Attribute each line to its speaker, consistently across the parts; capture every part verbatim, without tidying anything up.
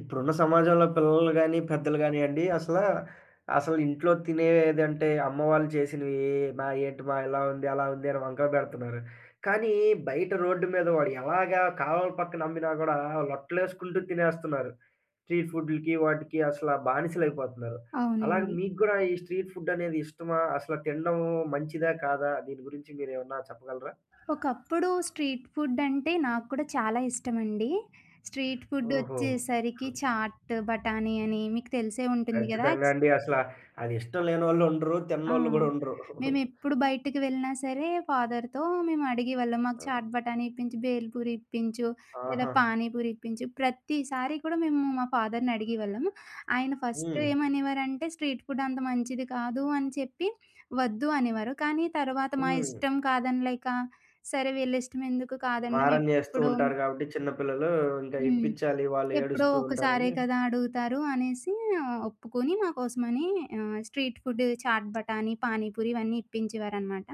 Speaker 1: ఇప్పుడున్న సమాజంలో పిల్లలు గాని, పెద్దలు గానియండి అసలా, అసలు అసలు ఇంట్లో తినేదంటే అమ్మ వాళ్ళు చేసినవి మా ఏంటి మా ఇలా ఉంది, అలా ఉంది అని వంకలు పెడుతున్నారు. కానీ బయట రోడ్డు మీద వాడు ఎలాగా కాలువల పక్కన అమ్మినా గూడా లొట్టలేసుకుంటూ తినేస్తున్నారు. స్ట్రీట్ ఫుడ్‌లకి వాటికి అసల బానిసలైపోతున్నారు. అలాగే
Speaker 2: అవునండి.
Speaker 1: మీకు గూడా ఈ స్ట్రీట్ ఫుడ్ అనేది ఇష్టమా? అసలు తినడం మంచిదా? కాదా? దీని గురించి మీరేమన్నా చెప్పగలరా?
Speaker 2: ఒకప్పుడు స్ట్రీట్ ఫుడ్ అంటే నాకు కూడా చాలా ఇష్టమండి. స్ట్రీట్ ఫుడ్
Speaker 1: ఓహో!
Speaker 2: వచ్చేసరికి చాట్, బఠానీ అని మీకు తెలిసే ఉంటుంది గదా!
Speaker 1: ఖచ్చితంగా అండి. అసల అది ఇష్టం లేనోళ్ళు ఉండరు.
Speaker 2: ఆ!
Speaker 1: తిన్నోళ్ళు గూడా ఉండరు.
Speaker 2: మేమెప్పుడు బయటికి వెళ్ళినా సరే ఫాదర్‌తో మేము అడిగేవాళ్ళం. మాకు
Speaker 1: అ
Speaker 2: చాట్ బటానీ ఇప్పించు, బేల్ పూరి ఇప్పించు, లేదా
Speaker 1: ఆహా!
Speaker 2: పానీ పూరి ఇప్పించు. ప్రతిసారి కూడా మేము మా ఫాదర్‌ని అడిగేవాళ్ళం. ఆయన ఫస్ట్
Speaker 1: హ్మ్.
Speaker 2: ఏమనేవారంటే, "స్ట్రీట్ ఫుడ్ అంత మంచిది కాదు" అని చెప్పి వద్దు అనేవారు. కానీ తర్వాత మా
Speaker 1: హ్మ్.
Speaker 2: ఇష్టం కాదనలేక, సరే వీళ్ళ ఇష్టం ఎందుకు కాదనడం
Speaker 1: మారం జేస్తూ
Speaker 2: ఎప్పుడూ
Speaker 1: ఉంటారు గాబట్టి చిన్న పిల్లలు ఇంకా
Speaker 2: హ్మ్.
Speaker 1: ఇప్పిచ్చాలి, వాళ్ళు
Speaker 2: ఎప్పుడో
Speaker 1: ఏడుస్తూ
Speaker 2: ఒకసారే
Speaker 1: ఉంటారని.
Speaker 2: కదా అడుగుతారు అనేసి ఆ, ఒప్పుకొని మా కోసమని ఆహ్, స్ట్రీట్ ఫుడ్ చాట్ బటానీ, పానీపూరి ఇవన్నీ ఇప్పించేవారనమాట.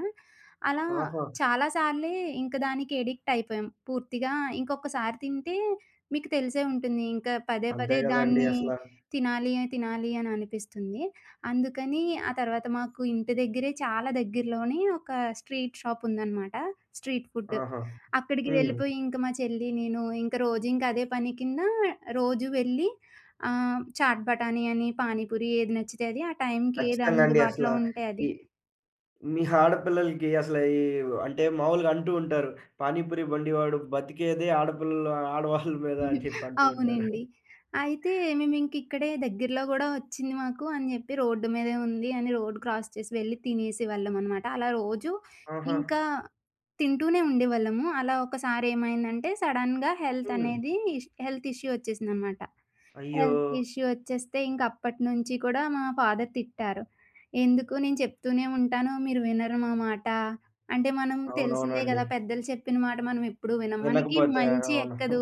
Speaker 2: అలా
Speaker 1: ఆహా!
Speaker 2: చాలా సార్లే ఇంక దానికి అడిక్ట్ అయిపోయాం. పూర్తిగా ఇంకొకసారి తింటే మీకు తెలిసే ఉంటుంది. ఇంకా పదే
Speaker 1: అంతే
Speaker 2: పదే
Speaker 1: గదండీ
Speaker 2: దాన్ని
Speaker 1: అసల.
Speaker 2: తినాలి, తినాలి అని అనిపిస్తుంది. అందుకని ఆ తర్వాత మాకు ఇంటి దగ్గరే చాలా దగ్గరలోనే ఒక స్ట్రీట్ షాప్ ఉందనమాట. స్ట్రీట్ ఫుడ్
Speaker 1: ఆహా!
Speaker 2: అక్కడికి
Speaker 1: హ్మ్.
Speaker 2: వెళ్ళిపోయి ఇంక మా చెల్లి, నేను ఇంక రోజు ఇంక అదే పని కింద రోజు వెళ్ళి ఆహ్, చాట్ బటానీ అని, పానీపూరి ఏది నచ్చితే అది, ఆ టైంకి ఏది
Speaker 1: ఖచ్చితంగా అండి అసల.
Speaker 2: అందుబాటులో ఉంటే
Speaker 1: ఈ
Speaker 2: అది.
Speaker 1: మీ ఆడపిల్లలకి అసల ఈ అంటే మామూలుగా అంటూ ఉంటారు. పానీపూరి బండివాడు బతికేదే ఆడపిల్లలు ఆడవాళ్ళ మీద అని చెప్పి అంటూ ఉంటారు.
Speaker 2: అవునండి. అయితే మేమింక ఇక్కడే దగ్గరలో గూడా వచ్చింది మాకు అని జెప్పి రోడ్డు మీదే ఉంది అని రోడ్ క్రాస్ చేసి వెళ్ళి తినేసేవాళ్ళం అనమాట. అలా రోజు
Speaker 1: ఆహా!
Speaker 2: ఇంకా తింటూనే ఉండేవాళ్ళము. అలా ఒకసారేమైందంటే సడెన్‌గా హెల్త్
Speaker 1: హ్మ్.
Speaker 2: అనేది ఇష్ హెల్త్ ఇష్యూ వచ్చేసిందనమాట.
Speaker 1: అయ్యో!
Speaker 2: హెల్త్ ఇష్యూ ఒచ్చేస్తే ఇంకప్పటినుంచి కూడా మా ఫాదర్ తిట్టారు. "ఎందుకు నేను చెప్తూనే ఉంటాను, మీరు వినరు మా మాట." అంటే మనం తెలిసిందే
Speaker 1: అవునవునండి.
Speaker 2: గదా! పెద్దలు చెప్పిన మాట మనమెప్పుడూ వినం. మనకి
Speaker 1: వినకపోతే
Speaker 2: మంచి
Speaker 1: అవును.
Speaker 2: ఎక్కదు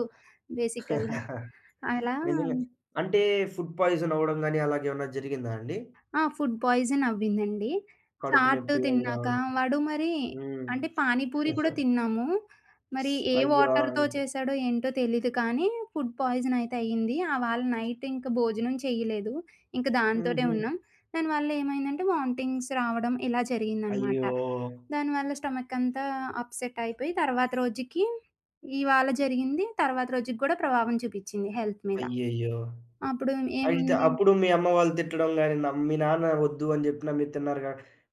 Speaker 2: బేసికల్‌గా. అలా
Speaker 1: నిజంగా. అంటే ఫుడ్ పాయిజన్ అవ్వడం గాని అలాగేమన్నా జరిగిందా అండి?
Speaker 2: ఆ! ఫుడ్ పాయిజన్ అవ్విందండి.
Speaker 1: కడుపు
Speaker 2: చాట్
Speaker 1: నొప్పి అవి
Speaker 2: తిన్నాక
Speaker 1: రావడం?
Speaker 2: వాడు మరి
Speaker 1: హ్మ్.
Speaker 2: అంటే పానీపూరి కూడా తిన్నాము. మరి ఏ
Speaker 1: అయ్యో!
Speaker 2: వాటర్‌తో చేసాడో ఏంటో తెలీదు కానీ ఫుడ్ పాయిజన్ అయితే అయింది. ఆవాళ నైట్ ఇంక భోజనం చేయలేదు. ఇంక దాంతోటే
Speaker 1: హుహు.
Speaker 2: ఉన్నాం. దానివల్ల ఏమైందంటే వామిటింగ్స్ రావడం ఇలా జరిగిందనమాట.
Speaker 1: అయ్యో!
Speaker 2: దానివల్ల స్టమక్ అంతా అప్‌సెట్ అయిపోయి తర్వాత రోజుకి ఇవాళ జరిగింది తర్వాత రోజుకి గూడా ప్రభావం చూపిచ్చింది హెల్త్ మీద.
Speaker 1: అయ్యయ్యో!
Speaker 2: అప్పుడు
Speaker 1: అయితే
Speaker 2: ఏముంది
Speaker 1: అప్పుడు మీ అమ్మ వాళ్ళు తిట్టడం గాని, నమ్ మీ నాన్న వద్దు అని జెప్పినా మీరు తిన్నారు గా,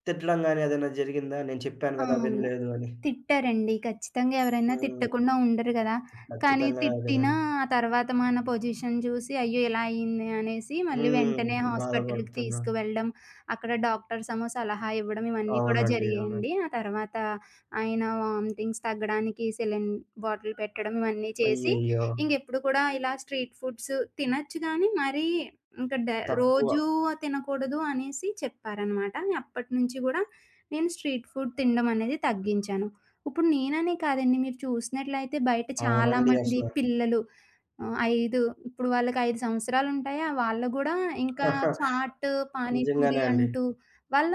Speaker 1: తిట్టడం గాని ఏదైనా జరిగిందా? నేను చెప్పాను
Speaker 2: ఆ!
Speaker 1: గదా!
Speaker 2: అవును.
Speaker 1: వినలేదు అని.
Speaker 2: తిట్టారండి. ఖచ్చితంగా ఎవరైనా
Speaker 1: హ్మ్.
Speaker 2: తిట్టకుండా ఉండరు గదా! కానీ
Speaker 1: ఖచ్చితంగా
Speaker 2: తిట్టినా
Speaker 1: గదండీ.
Speaker 2: ఆ తర్వాత మన పొజిషన్ జూసి, అయ్యో! ఇలా అయింది అనేసి మళ్ళీ
Speaker 1: హ్మ్.
Speaker 2: వెంటనే హాస్పిటల్‌కి
Speaker 1: బాధపడుతున్నా.
Speaker 2: తీసుకువెళ్ళడం, అక్కడ డాక్టర్సేమో సలహా ఇవ్వడం ఇవన్నీ కూడా
Speaker 1: అవునండి. అవునండి.
Speaker 2: జరిగాయండి. ఆ తర్వాత ఆయన వామిటింగ్స్ తగ్గడానికి సెలైన్ బాటిల్ పెట్టడం ఇవన్నీ చేసి,
Speaker 1: అయ్యయ్యో!
Speaker 2: ఇంకెప్పుడు కూడా ఇలా స్ట్రీట్ ఫుడ్స్ తినొచ్చు గానీ, మరీ ఇంక డ
Speaker 1: తక్కువ.
Speaker 2: రోజూ తినకూడదు అనేసి చెప్పారనమాట. అప్పటినుంచి గూడా నేను స్ట్రీట్ ఫుడ్ తినడం అనేది తగ్గించాను. ఇప్పుడు నేననే కాదండి. మీరు చూసినట్లయితే బయట అవును.
Speaker 1: అవునండి
Speaker 2: చాలామంది
Speaker 1: అసల.
Speaker 2: పిల్లలు ఆహ్, ఐదు ఇప్పుడు వాళ్ళకి ఐదు సంవత్సరాలుంటాయా? వాళ్ళు గూడా ఇంకా చాట్,
Speaker 1: నిజంగానే
Speaker 2: పానీపూరి
Speaker 1: అండి.
Speaker 2: అంటూ వాళ్ళ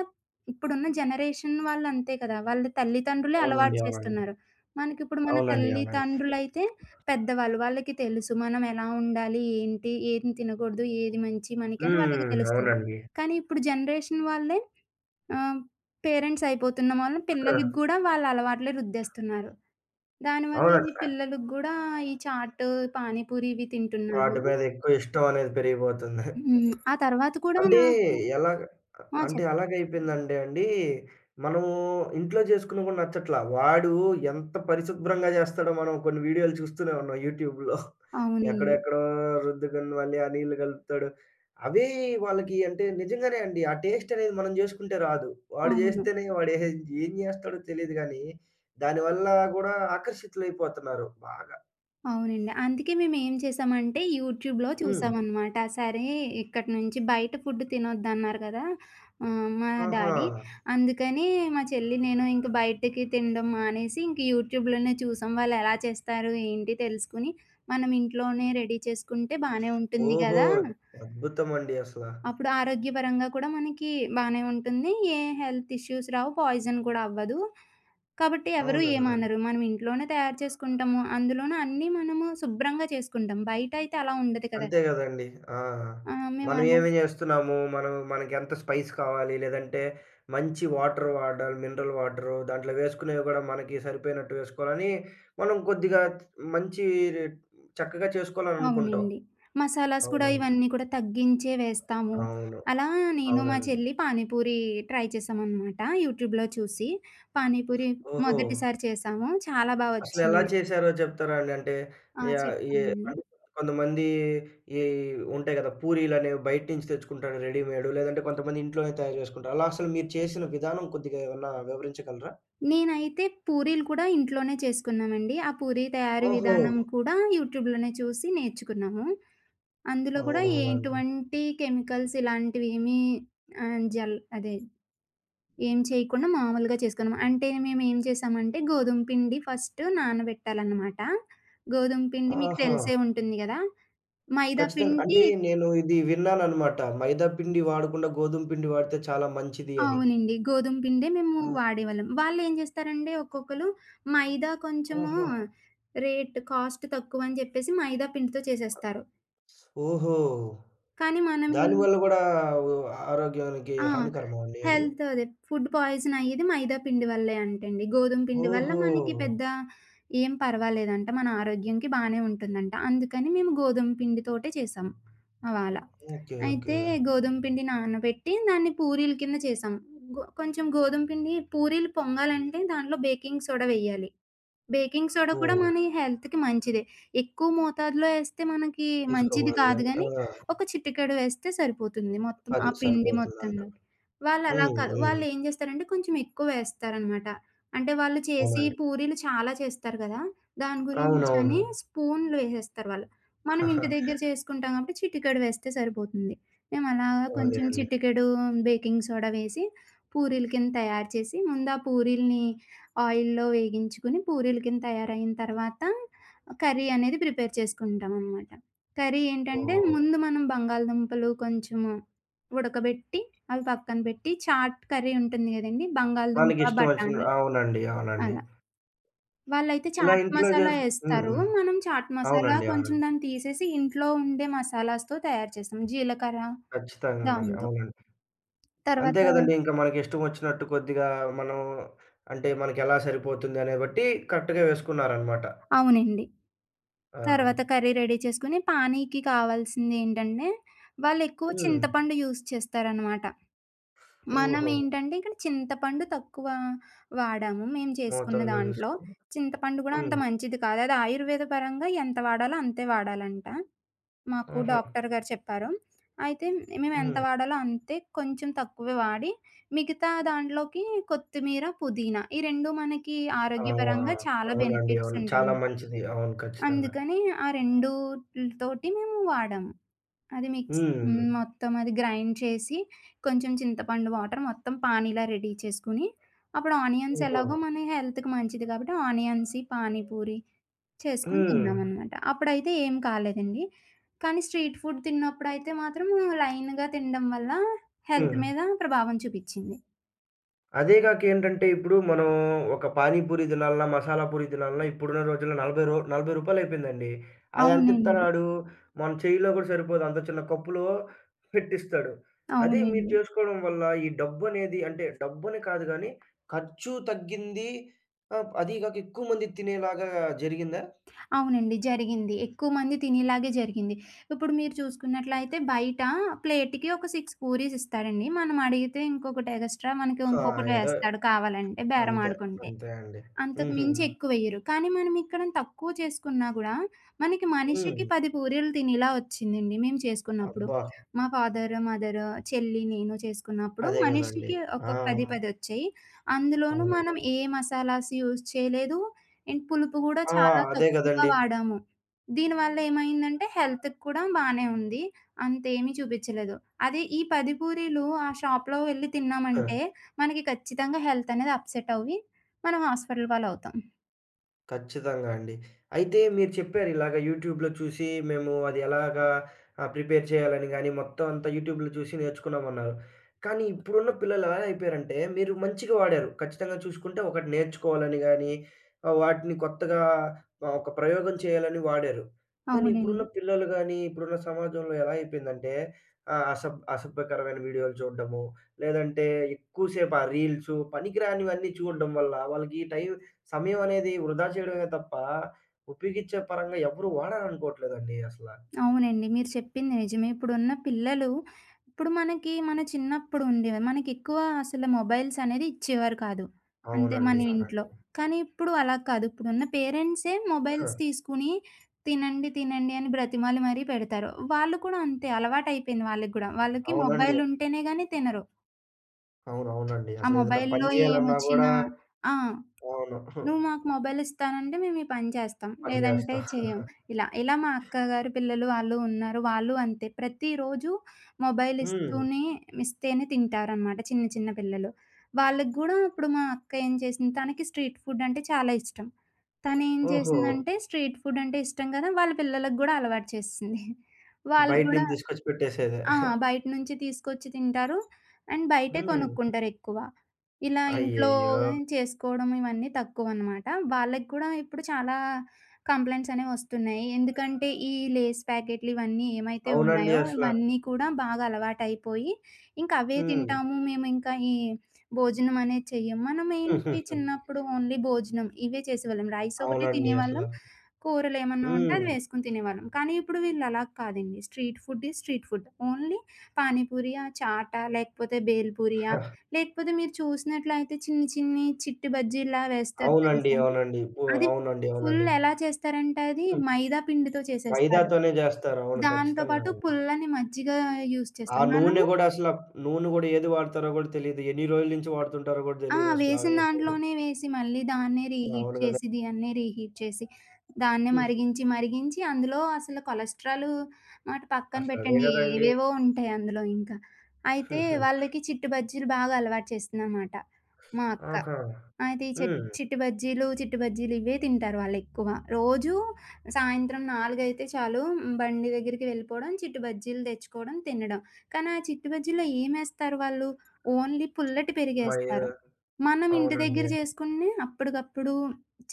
Speaker 2: ఇప్పుడున్న జనరేషన్ వాళ్ళు అంతే కదా! వాళ్ళ తల్లిదండ్రులే
Speaker 1: అవునండి.
Speaker 2: అలవాటు
Speaker 1: అవునండి.
Speaker 2: చేస్తున్నారు. మనకిప్పుడు మన
Speaker 1: అవునండి. అవునండి.
Speaker 2: తల్లిదండ్రులైతే పెద్దవాళ్ళు. వాళ్ళకి తెలుసు మనం ఎలా ఉండాలి? ఏంటి? ఏది తినకూడదు? ఏది మంచి మనకి అని వాళ్ళకి
Speaker 1: హ్మ్.
Speaker 2: తెలుస్తుంది.
Speaker 1: అవునండి.
Speaker 2: కానీ ఇప్పుడు జనరేషన్ వాళ్ళే ఆహ్, పేరెంట్స్ అయిపోతున్న వల్ల పిల్లలకి గూడా వాళ్ళ అలవాట్లే రుద్దేస్తున్నారు. దానివల్ల ఈ
Speaker 1: అవునండి.
Speaker 2: పిల్లలకి గూడా ఈ చాటు, పానీపూరి ఇవి తింటున్నారు.
Speaker 1: వాటి మీద ఎక్కువ ఇష్టం అనేది పెరిగిపోతుంది.
Speaker 2: హ్మ్. ఆ తర్వాత కూడా
Speaker 1: అంటే
Speaker 2: నాకు
Speaker 1: ఎలాగ,
Speaker 2: ఆ!
Speaker 1: అంటే
Speaker 2: చెప్
Speaker 1: అలాగైపోయిందంటే అండి, మనము ఇంట్లో చేసుకున్నా కూడా నచ్చట్లా. వాడు ఎంత పరిశుభ్రంగా చేస్తాడో మనం కొన్ని వీడియోలు చూస్తూనే ఉన్నాం యూట్యూబ్‌లో.
Speaker 2: అవునండి.
Speaker 1: ఎక్కడెక్కడో రుద్దుకొని మళ్ళీ ఆ నీళ్లు కలుపుతాడు. అవే వాళ్ళకి, అంటే నిజంగానే అండి. ఆ టేస్ట్ అనేది మనం చేసుకుంటే రాదు. వాడు
Speaker 2: అవును.
Speaker 1: చేస్తేనే, వాడు ఏహ్ ఏం చేస్తాడో తెలీదు గానీ, దానివల్ల కూడా ఆకర్షితులైపోతున్నారు బాగా.
Speaker 2: అవునండి. అందుకే మేమేం చేసామంటే యూట్యూబ్‌లో హ్మ్.
Speaker 1: హ్మ్.
Speaker 2: చూసామనమాట. సరే ఇక్కడి నుంచి బయట ఫుడ్ తినొద్దన్నారు కదా! ఆహ్, మా
Speaker 1: ఆహా!
Speaker 2: డాడీ. అందుకని మా చెల్లి నేను ఇంక బయటకి తినడం మానేసి ఇంక యూట్యూబ్‌లోనే చూసాం. వాళ్ళెలా చేస్తారు ఏంటి తెలుసుకొని మనం ఇంట్లోనే రెడీ చేసుకుంటే బానే ఉంటుంది
Speaker 1: ఓహో!
Speaker 2: గదా!
Speaker 1: అద్భుతమండి అసల.
Speaker 2: అప్పుడు ఆరోగ్యపరంగా కూడా మనకి బానే ఉంటుంది. ఏ హెల్త్ ఇష్యూస్ రావు. పాయిజన్ కూడా అవ్వదు. కాబట్టి
Speaker 1: అవును
Speaker 2: ఎవరు
Speaker 1: గదా!
Speaker 2: ఏమనరు. మనం ఇంట్లోనే తయారు చేసుకుంటాము. అందులోనూ అన్నీ మనము శుభ్రంగా చేసుకుంటాం. బయట అయితే అలా ఉండదు కదా!
Speaker 1: అంతే గదండీ. ఆ!
Speaker 2: ఆ! మేమలా
Speaker 1: మనం ఏమి జేస్తున్నాము, మనం మనకెంత స్పైస్ కావాలి, లేదంటే మంచి వాటర్ వాడాలి, మినరల్ వాటరు, దాంట్లో వేసుకునేవి గూడా మనకి సరిపోయినట్టు వేసుకోవాలని, మనం కొద్దిగా మంచి చక్కగా చేసుకోవాలననుకుంటాం.
Speaker 2: అవునండి. మసాలాస్ కూడా
Speaker 1: అవునవును.
Speaker 2: ఇవన్నీ కూడా తగ్గించే వేస్తాము.
Speaker 1: అవును.
Speaker 2: అలా నేను మా
Speaker 1: అవునండి.
Speaker 2: చెల్లి పానీపూరి ట్రై చేశామనమాట. యూట్యూబ్‌లో చూసి. పానీపూరి
Speaker 1: ఓహో!
Speaker 2: మొదటిసారి చేశాము. చాలా బా
Speaker 1: అసలెలా
Speaker 2: వచ్చింది.
Speaker 1: చేశారో చెప్తారా అండి? అంటే
Speaker 2: ఆ!
Speaker 1: యాహ్, ఏ
Speaker 2: చెప్తానండి.
Speaker 1: అంటే, కొంతమంది ఈ ఉంటాయి గదా! పూరీలనేవి బయట నుంచి తెచ్చుకుంటారు రెడీమేడు. లేదంటే కొంతమంది ఇంట్లోనే తయారు చేసుకుంటారు. అలా అసలు మీరు చేసిన విధానం కొద్దిగా ఏమన్నా వివరించగలరా?
Speaker 2: నేనైతే పూరీలు కూడా ఇంట్లోనే చేసుకున్నామండి. ఆ పూరీ తయారీ
Speaker 1: ఓహో!
Speaker 2: విధానం కూడా యూట్యూబ్‌లోనే చూసి నేర్చుకున్నాము. అందులో కూడా
Speaker 1: అవునవునా అండి.
Speaker 2: ఎటువంటి కెమికల్స్ ఇలాంటివేమీ ఆహ్, జల్ అదే ఏం చేయకుండా మామూలుగా చేసుకున్నాం. అంటే మేమేం చేసామంటే గోధుమ పిండి ఫస్ట్ నానబెట్టాలన్నమాట. గోధుమ పిండి మీకు
Speaker 1: ఆహా!
Speaker 2: తెలిసే ఉంటుంది గదా! మైదా
Speaker 1: ఖచ్చితంగా.
Speaker 2: పిండి
Speaker 1: అంటే నేను ఇది విన్నాననమాట. మైదా పిండి వాడకుండా గోధుమ పిండి వాడితే చాలా మంచిది అని.
Speaker 2: అవునండి. గోధుమ పిండే మేము
Speaker 1: ఆ!
Speaker 2: వాడేవాళ్ళం. వాళ్ళేం జేస్తారంటే ఒక్కొక్కళ్ళు మైదా కొంచెము
Speaker 1: ఆహా!
Speaker 2: రేట్ కాస్ట్ తక్కువని జెప్పేసి మైదా పిండితో చేసేస్తారు.
Speaker 1: ఓహో!
Speaker 2: కానీ మనమేం
Speaker 1: దానివల్ల గూడా ఆరోగ్యానికి
Speaker 2: ఆ!
Speaker 1: హానికరమా అండి అది?
Speaker 2: హెల్త్ అదే ఫుడ్ పాయిజన్ అయ్యేది మైదా పిండి వల్లే అంటండి. గోధుమ పిండి వల్ల
Speaker 1: ఓహో!
Speaker 2: మనకి పెద్ద ఏం పర్వాలేదంట. మన ఆరోగ్యంకి బానే ఉంటుందంట. అందుకని మేము గోధుమ పిండి తోటే చేసాం మా వాళ్ళ.
Speaker 1: ఓకే. ఓకే.
Speaker 2: అయితే గోధుమ పిండి నానబెట్టి దాన్ని పూరీల కింద చేసాం. గొ కొంచెం గోధుమ పిండి పూరీలు పొంగాలంటే దాంట్లో బేకింగ్ సోడా వెయ్యాలి. బేకింగ్ సోడా కూడా
Speaker 1: ఓహ్!
Speaker 2: మన హెల్త్‌కి మంచిదే. ఎక్కువ మోతాదులో ఏస్తే మనకి మంచిది
Speaker 1: తీసుకోకూడదు
Speaker 2: కాదు
Speaker 1: గాని ఆ!
Speaker 2: గానీ, ఒక చిటికెడు వేస్తే సరిపోతుంది మొత్తం ఆ
Speaker 1: అది
Speaker 2: పిండి
Speaker 1: సరిపోతుందంటారు.
Speaker 2: మొత్తంలోకి. వాళ్ళలా
Speaker 1: హ్మ్.
Speaker 2: కాదు.
Speaker 1: హ్మ్.
Speaker 2: వాళ్ళేం జేస్తారంటే కొంచెం ఎక్కువ వేస్తారనమాట. అంటే వాళ్ళు చేసి
Speaker 1: అవునండి.
Speaker 2: పూరీలు చాలా చేస్తారు గదా! దాని
Speaker 1: అవునవును.
Speaker 2: గురించని స్పూన్‌లు వేసేస్తారు వాళ్ళు. మనం ఇంటి దగ్గర చేసుకుంటాం కాబట్టి చిటికెడు వేస్తే సరిపోతుంది. మేమలాగా
Speaker 1: అదే
Speaker 2: కొంచెం
Speaker 1: అండి.
Speaker 2: చిటికెడు బేకింగ్ సోడా వేసి పూరీల కింద తయారు చేసి ముందు ఆ పూరీలని ఆయిల్‌లో వేగించుకొని పూరీల కింద తయారయిన తర్వాత కర్రీ అనేది ప్రిపేర్ చేసుకుంటామనమాట. కర్రీ ఏంటంటే
Speaker 1: ఓహ్!
Speaker 2: ముందు మనం బంగాళదుంపలు కొంచెము ఉడకబెట్టి అవి పక్కన పెట్టి చాట్ కర్రీ ఉంటుంది గదండీ! బంగాళదుంప,
Speaker 1: మనకిష్టం వచ్చిన,
Speaker 2: బఠానీ
Speaker 1: అవునండి. అవునండి.
Speaker 2: అలా. వాళ్ళైతే
Speaker 1: ఇలా
Speaker 2: చాట్
Speaker 1: ఇంట్లో
Speaker 2: మసాలా
Speaker 1: చేసు హ్మ్.
Speaker 2: యేస్తారు.
Speaker 1: హ్మ్.
Speaker 2: మనం చాట్ మసాలా
Speaker 1: అవునండి.
Speaker 2: కొంచెం
Speaker 1: అవునండి.
Speaker 2: దాన్ని తీసేసి ఇంట్లో ఉండే మసాలాస్‌తో తయారు చేస్తాం. జీలకర్ర
Speaker 1: ఖచ్చితంగానండి.
Speaker 2: దాంతో.
Speaker 1: అవునండి. అంతే
Speaker 2: తర్వాత
Speaker 1: కదండీ! ఇంకా మనకిష్టం వచ్చినట్టు కొద్దిగా మనం, అంటే మనకెలా సరిపోతుంది అనే బట్టి కరెక్ట్‌గా వేసుకున్నారనమాట.
Speaker 2: అవునండి.
Speaker 1: ఆ!
Speaker 2: తర్వాత కర్రీ రెడీ చేసుకొని, పానీకి కావాల్సిందేంటంటే, వాళ్ళెక్కువ
Speaker 1: హ్మ్.
Speaker 2: చింతపండు యూజ్ చేస్తారనమాట.
Speaker 1: ఓహో!
Speaker 2: మనమేంటంటే, ఇక్కడ చింతపండు తక్కువ వాడాము మేము చేసుకున్న
Speaker 1: మోతాదులో
Speaker 2: దాంట్లో.
Speaker 1: తీసుకుని.
Speaker 2: చింతపండు గూడా అంత
Speaker 1: హ్మ్.
Speaker 2: మంచిది కాదు. అది ఆయుర్వేద పరంగా ఎంత వాడాలో అంతే వాడాలంట. మాకు
Speaker 1: ఆహా!
Speaker 2: డాక్టర్ గారు చెప్పారు. అయితే మేమెంత
Speaker 1: హ్మ్.
Speaker 2: వాడాలో అంతే కొంచెం తక్కువే వాడి, మిగతా దాంట్లోకి కొత్తిమీర, పుదీనా ఈ రెండు మనకి
Speaker 1: ఆ!
Speaker 2: ఆరోగ్యపరంగా చాలా
Speaker 1: అవునండి.
Speaker 2: బెనిఫిట్స్
Speaker 1: అవును. చాలా
Speaker 2: ఉంటాయి.
Speaker 1: మంచిది. అవును. ఖచ్చితంగా.
Speaker 2: అందుకని ఆ రెండు‌తోటి మేము వాడాము. అది మిక్స్
Speaker 1: హ్మ్.
Speaker 2: హ్మ్. మొత్తం అది గ్రైండ్ చేసి, కొంచెం చింతపండు వాటర్ మొత్తం పానీలా రెడీ చేసుకొని, అప్పుడు ఆనియన్స్
Speaker 1: ఓహో!
Speaker 2: ఎలాగో మన హెల్త్‌కి మంచిది కాబట్టి ఆనియన్స్‌యి పానీపూరి చేసుకొని
Speaker 1: హ్మ్.
Speaker 2: తిన్నామనమాట. అప్పుడైతే ఏం కాలేదండి. కానీ స్ట్రీట్ ఫుడ్ తిన్నప్పుడైతే మాత్రం లైన్‌గా తినడం వల్ల హెల్త్
Speaker 1: హ్మ్.
Speaker 2: మీద ప్రభావం చూపిచ్చింది.
Speaker 1: అదే గాక ఏంటంటే ఇప్పుడు మనం ఒక పానీపూరి తినాలన్నా, మసాలా పూరి తినాలన్నా ఇప్పుడున్న రోజుల్లో రూ. నలభై, రూ. రూ. నలభై, అది ఎంత
Speaker 2: అవునండి.
Speaker 1: ఇత్తన్నాడు? మన చేయిలో గూడా సరిపోదు. అంత చిన్న కప్పులో పెట్టిస్తాడు. అదే మీరు
Speaker 2: అవునండి.
Speaker 1: చేసుకోవడం వల్ల ఈ డబ్బనేది, అంటే డబ్బని కాదు గానీ ఖర్చు తగ్గింది. ఆహ్, అదీ గాక ఎక్కువ మంది తినేలాగా జరిగిందా?
Speaker 2: అవునండి. జరిగింది. ఎక్కువ మంది తినేలాగే జరిగింది. ఇప్పుడు మీరు చూసుకున్నట్లయితే బయట ప్లేట్‌కి ఒక ఆరు పూరీస్ ఇస్తాడండి. మనం అడిగితే ఇంకొకటి ఎగస్ట్రా మనకి
Speaker 1: ఆ!
Speaker 2: ఇంకొకటి
Speaker 1: ఏదో
Speaker 2: వేస్తాడు కావాలంటే బేరం
Speaker 1: అంతే.
Speaker 2: ఆడుకుంటే.
Speaker 1: అంతే అండి.
Speaker 2: అంతకు
Speaker 1: హుహు.
Speaker 2: మించి ఎక్కువెయ్యరు. కానీ మనమిక్కడ తక్కువ చేసుకున్నా గూడా, మనకి
Speaker 1: హ్మ్.
Speaker 2: మనిషికి పది పూరీలు తినేలా వచ్చిందండి మేము చేసుకున్నప్పుడు.
Speaker 1: అబ్బా!
Speaker 2: మా ఫాదర్, మదర్, చెల్లి, నేను చేసుకున్నప్పుడు
Speaker 1: అదే గదండీ!
Speaker 2: మనిషికి ఒక
Speaker 1: ఆ!
Speaker 2: పది, పది వచ్చాయి. అందులోనూ
Speaker 1: అవునండి.
Speaker 2: మనం ఏ మసాలాస్ యూజ్ చేయలేదు. అండ్ పులుపు గూడా
Speaker 1: ఆ!
Speaker 2: చాలా
Speaker 1: అదే
Speaker 2: తక్కువ
Speaker 1: గదండీ!
Speaker 2: వాడాము. దీనివల్ల ఏమైందంటే హెల్త్‌కి కూడా బానే ఉంది. అంతేమీ చూపిచ్చలేదు. అదే ఈ పది పూరీలు ఆ షాప్‌లో వెళ్లి తిన్నామంటే, మనకి ఖచ్చితంగా హెల్త్ అనేది అప్సెట్ అవ్వి, మనం హాస్పిటల్ పాలవుతాం.
Speaker 1: ఖచ్చితంగా అండి. అయితే మీరు చెప్పారు ఇలాగ యూట్యూబ్‌లో చూసి మేము అది ఎలాగా ఆహ్, ప్రిపేర్ చేయాలని గాని, మొత్తం అంతా యూట్యూబ్‌లో చూసి నేర్చుకున్నామన్నారు. కానీ ఇప్పుడున్న పిల్లలు ఎలా అయిపోయారంటే, మీరు మంచిగా వాడారు. ఖచ్చితంగా చూసుకుంటే ఒకటి నేర్చుకోవాలని గాని, ఆహ్, వాటిని కొత్తగా ఆహ్, ఒక ప్రయోగం చేయాలని వాడారు. కానీ ఇప్పుడున్న
Speaker 2: అవునండి.
Speaker 1: పిల్లలు గాని, ఇప్పుడున్న సమాజంలో ఎలా అయిపోయిందంటే ఆహ్, అసభ్ అసభ్యకరమైన వీడియోలు చూడడము, లేదంటే ఎక్కువసేపు ఆ రీల్సు పనికిరానివన్నీ చూడడం వల్ల వాళ్ళకి టైం, సమయం అనేది వృధా చేయడమే తప్ప, ఉపయోగించే పరంగా ఎవ్వరు వాడారనుకోవట్లేదండి అసల.
Speaker 2: అవునండి. మీరు చెప్పింది నిజమే. ఇప్పుడున్న పిల్లలు ఇప్పుడు మనకి మన చిన్నప్పుడు ఉండేవి. మనకెక్కువ అసలు మొబైల్స్ అనేది ఇచ్చేవారు కాదు. అంతే మన
Speaker 1: అవునండి.
Speaker 2: ఇంట్లో.
Speaker 1: అవునండి.
Speaker 2: కానీ ఇప్పుడు అలా కాదు. ఇప్పుడున్న పేరెంట్సే
Speaker 1: హా!
Speaker 2: మొబైల్స్ తీసుకొని తినండి, తినండి అని బ్రతిమాలి మరీ పెడతారు. వాళ్ళు కూడా అంతే అలవాటయిపోయింది వాళ్ళకి గూడా. వాళ్ళకి
Speaker 1: అవునండి.
Speaker 2: మొబైల్ ఉంటేనే గాని తినరు.
Speaker 1: అవును. అవునండి.
Speaker 2: ఆ
Speaker 1: అసలేదైనా పని
Speaker 2: మొబైల్‌లో
Speaker 1: జేయాలన్నా గూడా
Speaker 2: ఏమొచ్చినా ఆ!
Speaker 1: అవును. హు.
Speaker 2: నువ్వు మాకు మొబైల్ ఇస్తానంటే మేము ఈ పని చేస్తాం.
Speaker 1: పని
Speaker 2: లేదంటే
Speaker 1: జేస్తా.
Speaker 2: చేయం. ఇలా. ఇలా మా అక్కగారు పిల్లలు వాళ్ళు ఉన్నారు. వాళ్ళు అంతే. ప్రతిరోజు మొబైల్
Speaker 1: హ్మ్.
Speaker 2: ఇస్తూనే ఇస్తేనే తింటారనమాట చిన్న చిన్న పిల్లలు. వాళ్ళకి గూడా ఇప్పుడు మా అక్క ఏం చేసింది తనకి స్ట్రీట్ ఫుడ్ అంటే చాలా ఇష్టం. తనేం
Speaker 1: ఓహో!
Speaker 2: చేసిందంటే స్ట్రీట్ ఫుడ్ అంటే ఇష్టం కదా! వాళ్ళ పిల్లలకి గూడా అలవాటు చేసేసింది. వాళ్ళు
Speaker 1: బయట
Speaker 2: గూడా
Speaker 1: నుంచి తీసుకొచ్చి పెట్టేసేదే.
Speaker 2: ఆ! బయట నుంచి తీసుకొచ్చి తింటారు. అండ్ బయటే
Speaker 1: హ్మ్.
Speaker 2: కొనుక్కుంటారెక్కువ. ఇలా ఇంట్లో
Speaker 1: అయ్యయ్యో!
Speaker 2: చేసుకోవడం ఇవన్నీ తక్కువనమాట. వాళ్ళకి కూడా ఇప్పుడు చాలా కంప్లెయింట్స్ అనేవి వస్తున్నాయి. ఎందుకంటే ఈ లేస్ ప్యాకెట్లు ఇవన్నీ ఏమైతే
Speaker 1: అవునండి
Speaker 2: ఉన్నాయో
Speaker 1: అసల.
Speaker 2: ఇవన్నీ కూడా బాగా అలవాటయిపోయి, ఇంక అవే
Speaker 1: హ్మ్.
Speaker 2: తింటాము. మేమింకా ఈ భోజనం అనేది చెయ్యం. మనమేంటి
Speaker 1: హుహుహు.
Speaker 2: చిన్నప్పుడు ఓన్లీ భోజనం ఇవే చేసేవాళ్ళం. రైస్ ఒకటే
Speaker 1: అవునండి అసల.
Speaker 2: తినేవాళ్ళం. కూరలేమన్నా ఉంటే అది
Speaker 1: హ్మ్.
Speaker 2: వేసుకొని తినేవాళ్ళం. కానీ ఇప్పుడు వీళ్ళు అలా కాదండి. Street food is street food. Only పానీపూరియా, చాటా లేకపోతే బేల్‌పూరియా,
Speaker 1: హ!
Speaker 2: లేకపోతే మీరు చూసినట్లయితే చిన్ని చిన్ని చిట్టి బజ్జీల్లా వేస్తారు
Speaker 1: అవునండి.
Speaker 2: తెలుసా అండి?
Speaker 1: అవునండి. పో
Speaker 2: అది
Speaker 1: అవునండి.
Speaker 2: ఫుల్
Speaker 1: అవునండి.
Speaker 2: ఎలా చేస్తారంటే అది
Speaker 1: హ్మ్.
Speaker 2: మైదా పిండితో చేసేస్తారు.
Speaker 1: మైదాతోనే జేస్తారు. అవును.
Speaker 2: దాంతో
Speaker 1: ఖచ్చితంగా
Speaker 2: పాటు
Speaker 1: అండి.
Speaker 2: పుల్లని మజ్జిగ యూజ్
Speaker 1: ఆ
Speaker 2: చేస్తారు.
Speaker 1: నూనె
Speaker 2: మనము
Speaker 1: గూడా అసల నూనె గూడా ఏది వాడతారో గూడా తెలీదు. ఎన్ని రోజుల నుంచి వాడుతుంటారో గూడా
Speaker 2: ఆ!
Speaker 1: తెలీదసల
Speaker 2: వేసిన
Speaker 1: అవేసేది.
Speaker 2: దాంట్లోనే వేసి మళ్ళీ దాన్నే రీహీట్
Speaker 1: అవును గదా!
Speaker 2: చేసి, దీయన్నే రీహీట్ చేసి, దాన్నే
Speaker 1: హుహు.
Speaker 2: మరిగించి, మరిగించి అందులో అసలు కొలెస్ట్రాలు మాట పక్కన
Speaker 1: అసలదే
Speaker 2: పెట్టండి.
Speaker 1: గదండీ.
Speaker 2: ఏవేవో ఉంటాయి అందులో ఇంకా. అయితే
Speaker 1: హుహు.
Speaker 2: వాళ్ళకి చిట్టు బజ్జీలు బాగా అలవాటు చేసిందనమాట మా అక్క.
Speaker 1: ఆహా!
Speaker 2: అయితే ఈ చిట్
Speaker 1: హ్మ్.
Speaker 2: చిట్టి బజ్జీలు, చిట్టి బజ్జీలు ఇవే తింటారు వాళ్ళెక్కువ. రోజూ సాయంత్రం నాలుగు గంటలు చాలు బండి దగ్గరికి వెళ్ళిపోవడం, చిట్టి బజ్జీలు తెచ్చుకోవడం, తినడం. కానీ ఆ చిట్టి బజ్జీలో ఏమేస్తారు వాళ్ళు? ఓన్లీ పుల్లటి
Speaker 1: మయ్య
Speaker 2: పెరిగేస్తారు. మనం ఇంటి
Speaker 1: అవునండి.
Speaker 2: దగ్గర చేసుకునే అప్పటికప్పుడు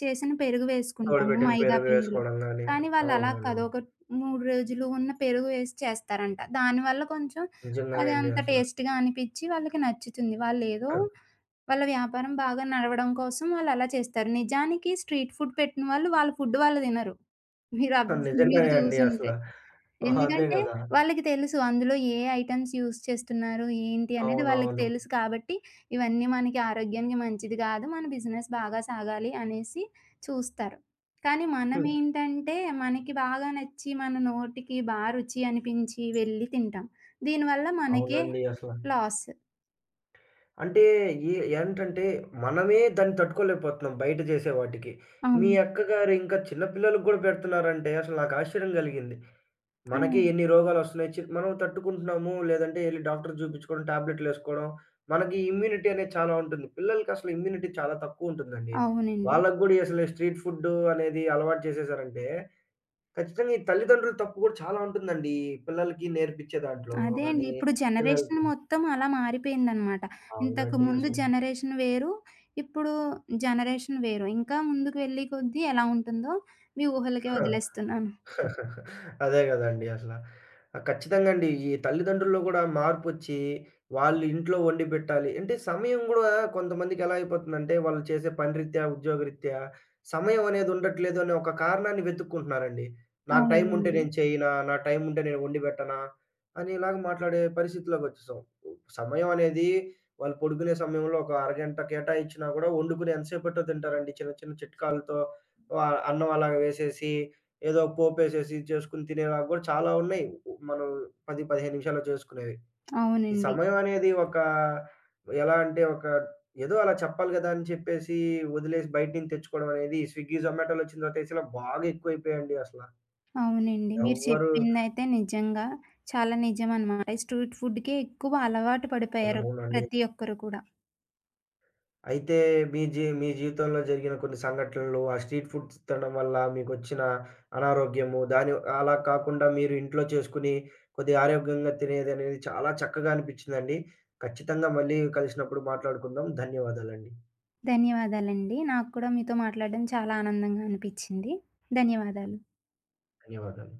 Speaker 2: చేసిన పెరుగు వేసుకుంటాము
Speaker 1: తోడుబెట్టిన
Speaker 2: మైదా
Speaker 1: పెరుగు
Speaker 2: పిండిలో.
Speaker 1: వేసుకోవడం గాని.
Speaker 2: కానీ వాళ్ళలా కాదు.
Speaker 1: అవునవునండి.
Speaker 2: ఒక మూడు రోజులు ఉన్న పెరుగు వేసి చేస్తారంట. దానివల్ల కొంచెం
Speaker 1: నిజంగానే
Speaker 2: అది
Speaker 1: అండి
Speaker 2: అంత
Speaker 1: అసల.
Speaker 2: టేస్ట్‌గా అనిపిచ్చి వాళ్ళకి నచ్చుతుంది. వాళ్ళేదో
Speaker 1: ఆ!
Speaker 2: వాళ్ళ వ్యాపారం బాగా నడవడం కోసం వాళ్ళలా చేస్తారు. నిజానికి స్ట్రీట్ ఫుడ్ పెట్టిన వాళ్ళు వాళ్ళ ఫుడ్ వాళ్ళు తినరు. మీరు అబ్ మీరు
Speaker 1: నిజంగానే అండి అసల.
Speaker 2: చూసుంటే.
Speaker 1: అదే
Speaker 2: ఎందుకంటే
Speaker 1: గదా!
Speaker 2: వాళ్ళకి తెలుసు అందులో ఏ ఐటెమ్స్ యూజ్ చేస్తున్నారు, ఏంటి అనేది వాళ్ళకి
Speaker 1: అవునవును.
Speaker 2: తెలుసు కాబట్టి, ఇవన్నీ మనకి ఆరోగ్యానికి మంచిది కాదు. మన బిజినెస్ బాగా సాగాలి అనేసి చూస్తారు. కానీ
Speaker 1: హ్మ్.
Speaker 2: మనమేంటంటే మనకి బాగా నచ్చి మన నోటికి బా రుచి అనిపించి వెళ్ళి తింటాం. దీనివల్ల మనకే
Speaker 1: అవునండి అసల.
Speaker 2: లాస్.
Speaker 1: అంటే ఏ ఏంటంటే, మనమే దాన్ని తట్టుకోలేకపోతున్నాం బయట చేసే వాటికి. మీ
Speaker 2: అవును.
Speaker 1: అక్కగారు ఇంకా చిన్న పిల్లలకి గూడా పెడుతున్నారంటే అసలు నాకు ఆశ్చర్యం కలిగింది.
Speaker 2: ఆ!
Speaker 1: మనకే ఎన్ని రోగాలొస్తున్నాయి, చి మనం తట్టుకుంటున్నాము. లేదంటే ఎళ్లి డాక్టర్ చూపించుకోవడం, టాబ్లెట్‌లేసుకోవడం. మనకి ఇమ్యూనిటీ అనేది చాలా ఉంటుంది. పిల్లలకి అసలు ఇమ్యూనిటీ చాలా తక్కువ ఉంటుందండి.
Speaker 2: అవునండి.
Speaker 1: వాళ్ళకి గూడా అసలు స్ట్రీట్ ఫుడ్ అనేది అలవాటు చేసేసారంటే ఖచ్చితంగా ఈ తల్లిదండ్రుల తప్పు గూడా చాలా ఉంటుందండి. ఈ పిల్లలకి నేర్పించే దాంట్లో
Speaker 2: అదే అండి.
Speaker 1: గాని,
Speaker 2: ఇప్పుడు జనరేషన్
Speaker 1: పిల్లలకి
Speaker 2: మొత్తం అలా మారిపోయిందనమాట.
Speaker 1: అవునండి
Speaker 2: ఇంతకుముందు
Speaker 1: అసలు.
Speaker 2: జనరేషన్ వేరు, ఇప్పుడు జనరేషన్ వేరు. ఇంకా ముందుకు వెళ్ళే కొద్దీ ఎలా ఉంటుందో మీ ఊహలకే వదిలేస్తున్నాను.
Speaker 1: అదే గదండీ అసల. ఆ! ఖచ్చితంగా అండి. ఈ తల్లిదండ్రుల్లో గూడా మార్పొచ్చి, వాళ్ళు ఇంట్లో వండి పెట్టాలి. అంటే సమయం గూడా కొంతమందికి ఎలా అయిపోతుందంటే, వాళ్ళు చేసే పని రీత్యా, ఉద్యోగరీత్యా సమయం అనేది ఉండట్లేదు అనే ఒక కారణాన్ని వెతుక్కుంటున్నారండి. నాకు టైం ఉంటే
Speaker 2: అవునండి.
Speaker 1: నేను చేయనా? నా టైం ఉంటే నేను వండి పెట్టనా? అనేలాగా మాట్లాడే పరిస్థితిలోకొచ్చేసాం. సమయం అనేది వాళ్ళు పడుకునే సమయంలో ఒక అరగంట కేటాయించినా గూడా వండుకుని ఎంతసేపట్లో తింటారండి చిన్న చిన్న చిట్కాలతో ఆహ్, అన్నం అలాగా వేసేసి ఏదో ఒక పోపేసేసి చేసుకొని తినేవి కూడా చాలా ఉన్నాయి. మనం పది, పదిహేను నిమిషాల్లో చేసుకునేవి. ఈ
Speaker 2: అవునండి.
Speaker 1: సమయం అనేది ఒక ఎలా అంటే ఒక ఏదో అలా చెప్పాలి కదా అని చెప్పేసి వదిలేసి బయట నుంచి తెచ్చుకోవడం అనేది స్విగ్గీ, జొమాటో‌లొచ్చిన తర్వాత అసల బాగా ఎక్కువైపోయాయండి అసల.
Speaker 2: అవునండి. మీరు
Speaker 1: ఎవ్వరు
Speaker 2: చెప్పిందైతే నిజంగా చాలా నిజమనమాట. ఈ స్ట్రీట్ ఫుడ్‌కే ఎక్కువ అలవాటు పడిపోయారు
Speaker 1: అవునండి.
Speaker 2: ప్రతి ఒక్కరు కూడా.
Speaker 1: అయితే మీ జీ మీ జీవితంలో జరిగిన కొన్ని సంఘటనలు, ఆ స్ట్రీట్ ఫుడ్స్ తినడం వల్ల మీకొచ్చిన అనారోగ్యము, దాని అలా కాకుండా మీరు ఇంట్లో చేసుకొని కొద్దిగా ఆరోగ్యంగా తినేదనేది చాలా చక్కగా అనిపిచ్చిందండి. ఖచ్చితంగా మళ్ళీ కలిసినప్పుడు మాట్లాడుకుందాం. ధన్యవాదాలండి.
Speaker 2: ధన్యవాదాలండి. నాకు కూడా మీతో మాట్లాడడం చాలా ఆనందంగా అనిపిచ్చింది. ధన్యవాదాలు.
Speaker 1: ధన్యవాదాలు.